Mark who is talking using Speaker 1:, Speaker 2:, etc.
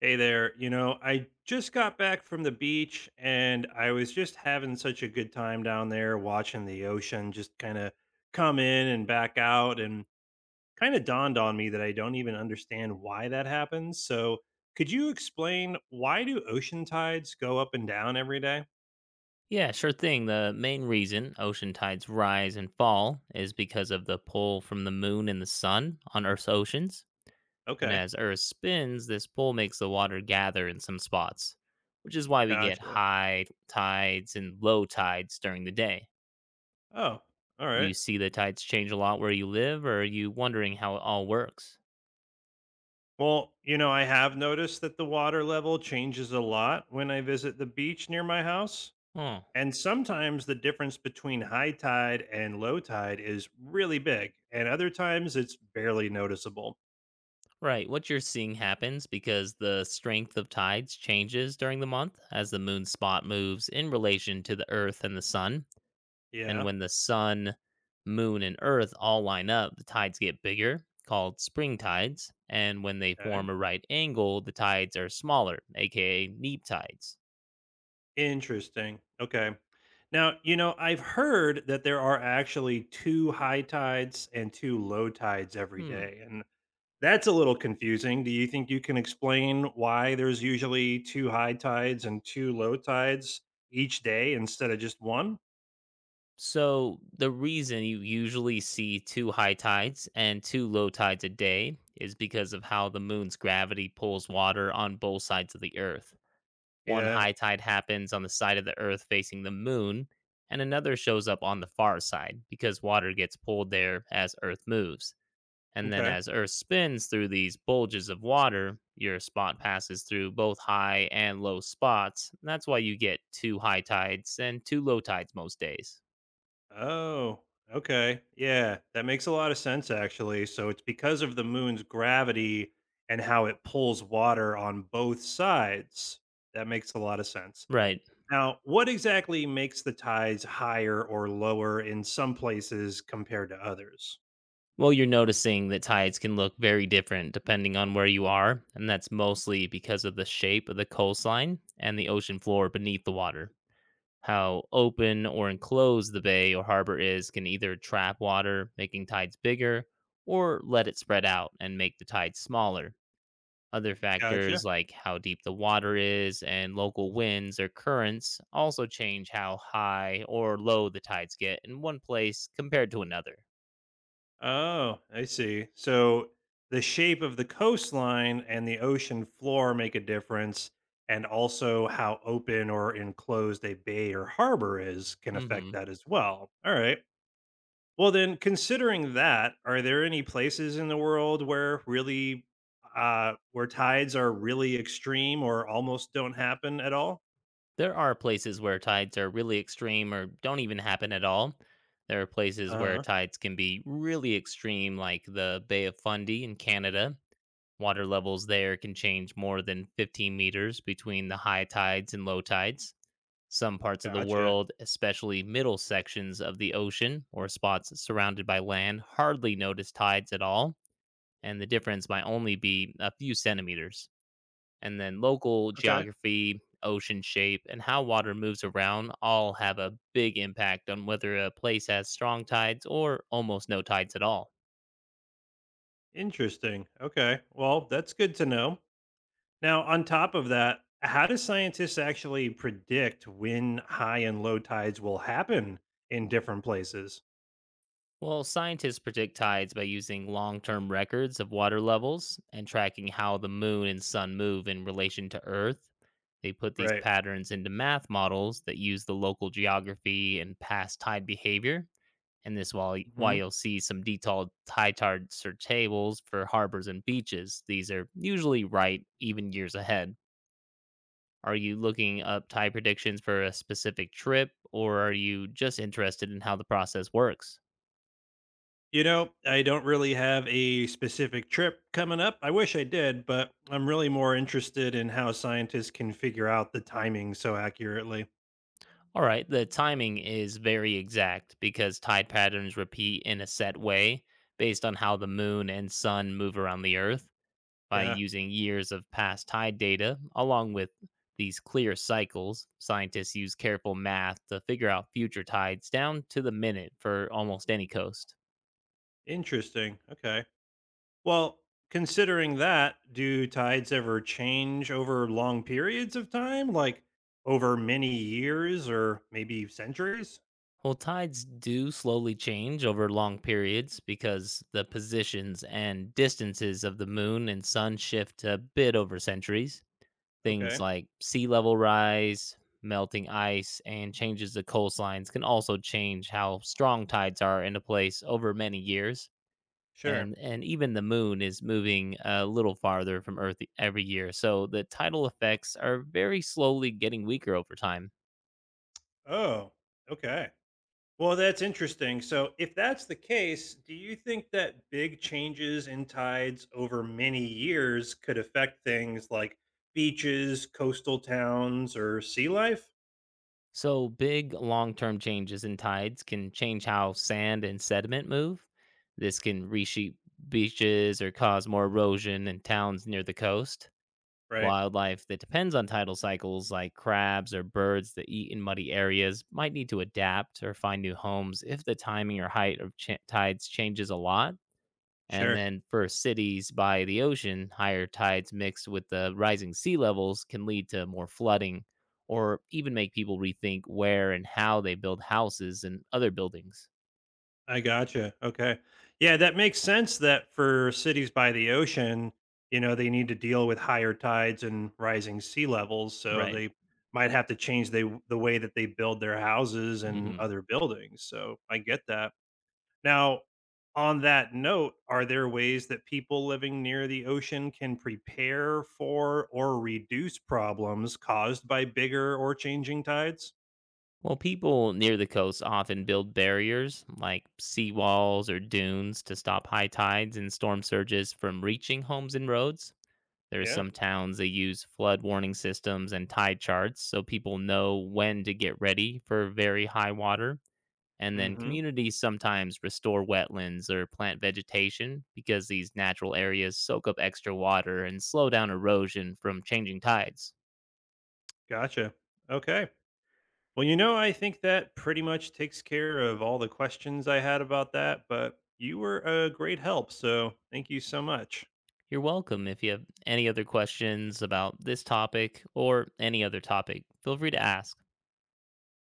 Speaker 1: Hey there. You know, I just got back from the beach and I was just having such a good time down there watching the ocean just kind of come in and back out and kind of dawned on me that I don't even understand why that happens. So, could you explain, why do ocean tides go up and down every day?
Speaker 2: Yeah, sure thing. The main reason ocean tides rise and fall is because of the pull from the moon and the sun on Earth's oceans. And
Speaker 1: Okay.
Speaker 2: as Earth spins, this pull makes the water gather in some spots, which is why we get
Speaker 1: Gotcha.
Speaker 2: high tides and low tides during the day.
Speaker 1: Oh, all right.
Speaker 2: You see the tides change a lot where you live, or are you wondering how it all works?
Speaker 1: Well, you know, I have noticed that the water level changes a lot when I visit the beach near my house.
Speaker 2: Oh,
Speaker 1: And sometimes the difference between high tide and low tide is really big, and other times it's barely noticeable.
Speaker 2: right. What you're seeing happens because the strength of tides changes during the month as the moon's spot moves in relation to the Earth and the sun. And
Speaker 1: Yeah.
Speaker 2: when the sun, moon, and earth all line up, the tides get bigger, called spring tides. And when they
Speaker 1: Okay.
Speaker 2: form a right angle, the tides are smaller, aka neap tides.
Speaker 1: Interesting. Okay. Now, you know, I've heard that there are actually two high tides and two low tides every
Speaker 2: Hmm.
Speaker 1: day. And that's a little confusing. Do you think you can explain why there's usually two high tides and two low tides each day instead of just one?
Speaker 2: So, the reason you usually see two high tides and two low tides a day is because of how the moon's gravity pulls water on both sides of the earth. One
Speaker 1: Yeah.
Speaker 2: high tide happens on the side of the earth facing the moon, and another shows up on the far side because water gets pulled there as earth moves. And then
Speaker 1: Okay.
Speaker 2: as Earth spins through these bulges of water, your spot passes through both high and low spots. That's why you get two high tides and two low tides most days.
Speaker 1: Oh, okay. Yeah, that makes a lot of sense actually. So it's because of the moon's gravity and how it pulls water on both sides. That makes a lot of sense.
Speaker 2: Right.
Speaker 1: Now, what exactly makes the tides higher or lower in some places compared to others?
Speaker 2: Well, you're noticing that tides can look very different depending on where you are, and that's mostly because of the shape of the coastline and the ocean floor beneath the water. How open or enclosed the bay or harbor is can either trap water, making tides bigger, or let it spread out and make the tides smaller. Other
Speaker 1: Gotcha.
Speaker 2: factors like how deep the water is and local winds or currents also change how high or low the tides get in one place compared to another.
Speaker 1: Oh, I see. So the shape of the coastline and the ocean floor make a difference, and also how open or enclosed a bay or harbor is can affect
Speaker 2: Hmm.
Speaker 1: that as well. All right. Well, then, considering that, are there any places in the world where really, where tides are really extreme or almost don't happen at all?
Speaker 2: There are places where tides are really extreme or don't even happen at all. There are places
Speaker 1: Uh
Speaker 2: where
Speaker 1: huh.
Speaker 2: tides can be really extreme, like the Bay of Fundy in Canada. Water levels there can change more than 15 meters between the high tides and low tides. Some parts of the
Speaker 1: Gotcha.
Speaker 2: world, especially middle sections of the ocean or spots surrounded by land, hardly notice tides at all, and the difference might only be a few centimeters. And then local
Speaker 1: Okay.
Speaker 2: geography, ocean shape, and how water moves around all have a big impact on whether a place has strong tides or almost no tides at all.
Speaker 1: Interesting. Okay. Well, that's good to know. Now, on top of that, how do scientists actually predict when high and low tides will happen in different places?
Speaker 2: Well, scientists predict tides by using long term records of water levels and tracking how the moon and sun move in relation to Earth. They put these
Speaker 1: Right.
Speaker 2: patterns into math models that use the local geography and past tide behavior. And this while why
Speaker 1: Hmm.
Speaker 2: you'll see some detailed tide charts or tables for harbors and beaches. These are usually right even years ahead. Are you looking up tide predictions for a specific trip, or are you just interested in how the process works?
Speaker 1: You know, I don't really have a specific trip coming up. I wish I did, but I'm really more interested in how scientists can figure out the timing so accurately.
Speaker 2: All right, the timing is very exact because tide patterns repeat in a set way based on how the moon and sun move around the Earth by
Speaker 1: Yeah.
Speaker 2: using years of past tide data along with these clear cycles. Scientists use careful math to figure out future tides down to the minute for almost any coast.
Speaker 1: Interesting. Okay. Well, considering that, do tides ever change over long periods of time? Like, over many years or maybe centuries?
Speaker 2: Well, tides do slowly change over long periods because the positions and distances of the moon and sun shift a bit over centuries. Things
Speaker 1: Okay,
Speaker 2: like sea level rise, melting ice, and changes to coastlines can also change how strong tides are in a place over many years.
Speaker 1: sure.
Speaker 2: And even the moon is moving a little farther from Earth every year. So the tidal effects are very slowly getting weaker over time.
Speaker 1: Oh, okay. Well, that's interesting. So, if that's the case, do you think that big changes in tides over many years could affect things like beaches, coastal towns, or sea life?
Speaker 2: So, big long term changes in tides can change how sand and sediment move. This can reshape beaches or cause more erosion in towns near the coast.
Speaker 1: Right.
Speaker 2: Wildlife that depends on tidal cycles, like crabs or birds that eat in muddy areas, might need to adapt or find new homes if the timing or height of tides changes a lot. And
Speaker 1: Sure.
Speaker 2: then for cities by the ocean, higher tides mixed with the rising sea levels can lead to more flooding or even make people rethink where and how they build houses and other buildings.
Speaker 1: I gotcha. Okay. Yeah, that makes sense that for cities by the ocean, you know, they need to deal with higher tides and rising sea levels, so
Speaker 2: Right.
Speaker 1: they might have to change the way that they build their houses and
Speaker 2: Hmm.
Speaker 1: other buildings. So, I get that. Now, on that note, are there ways that people living near the ocean can prepare for or reduce problems caused by bigger or changing tides?
Speaker 2: Well, people near the coast often build barriers like seawalls or dunes to stop high tides and storm surges from reaching homes and roads. There are
Speaker 1: Yeah.
Speaker 2: some towns that use flood warning systems and tide charts so people know when to get ready for very high water. And then
Speaker 1: Mhm.
Speaker 2: communities sometimes restore wetlands or plant vegetation because these natural areas soak up extra water and slow down erosion from changing tides.
Speaker 1: Gotcha. Okay. Well, you know, I think that pretty much takes care of all the questions I had about that, but you were a great help. So thank you so much.
Speaker 2: You're welcome. If you have any other questions about this topic or any other topic, feel free to ask.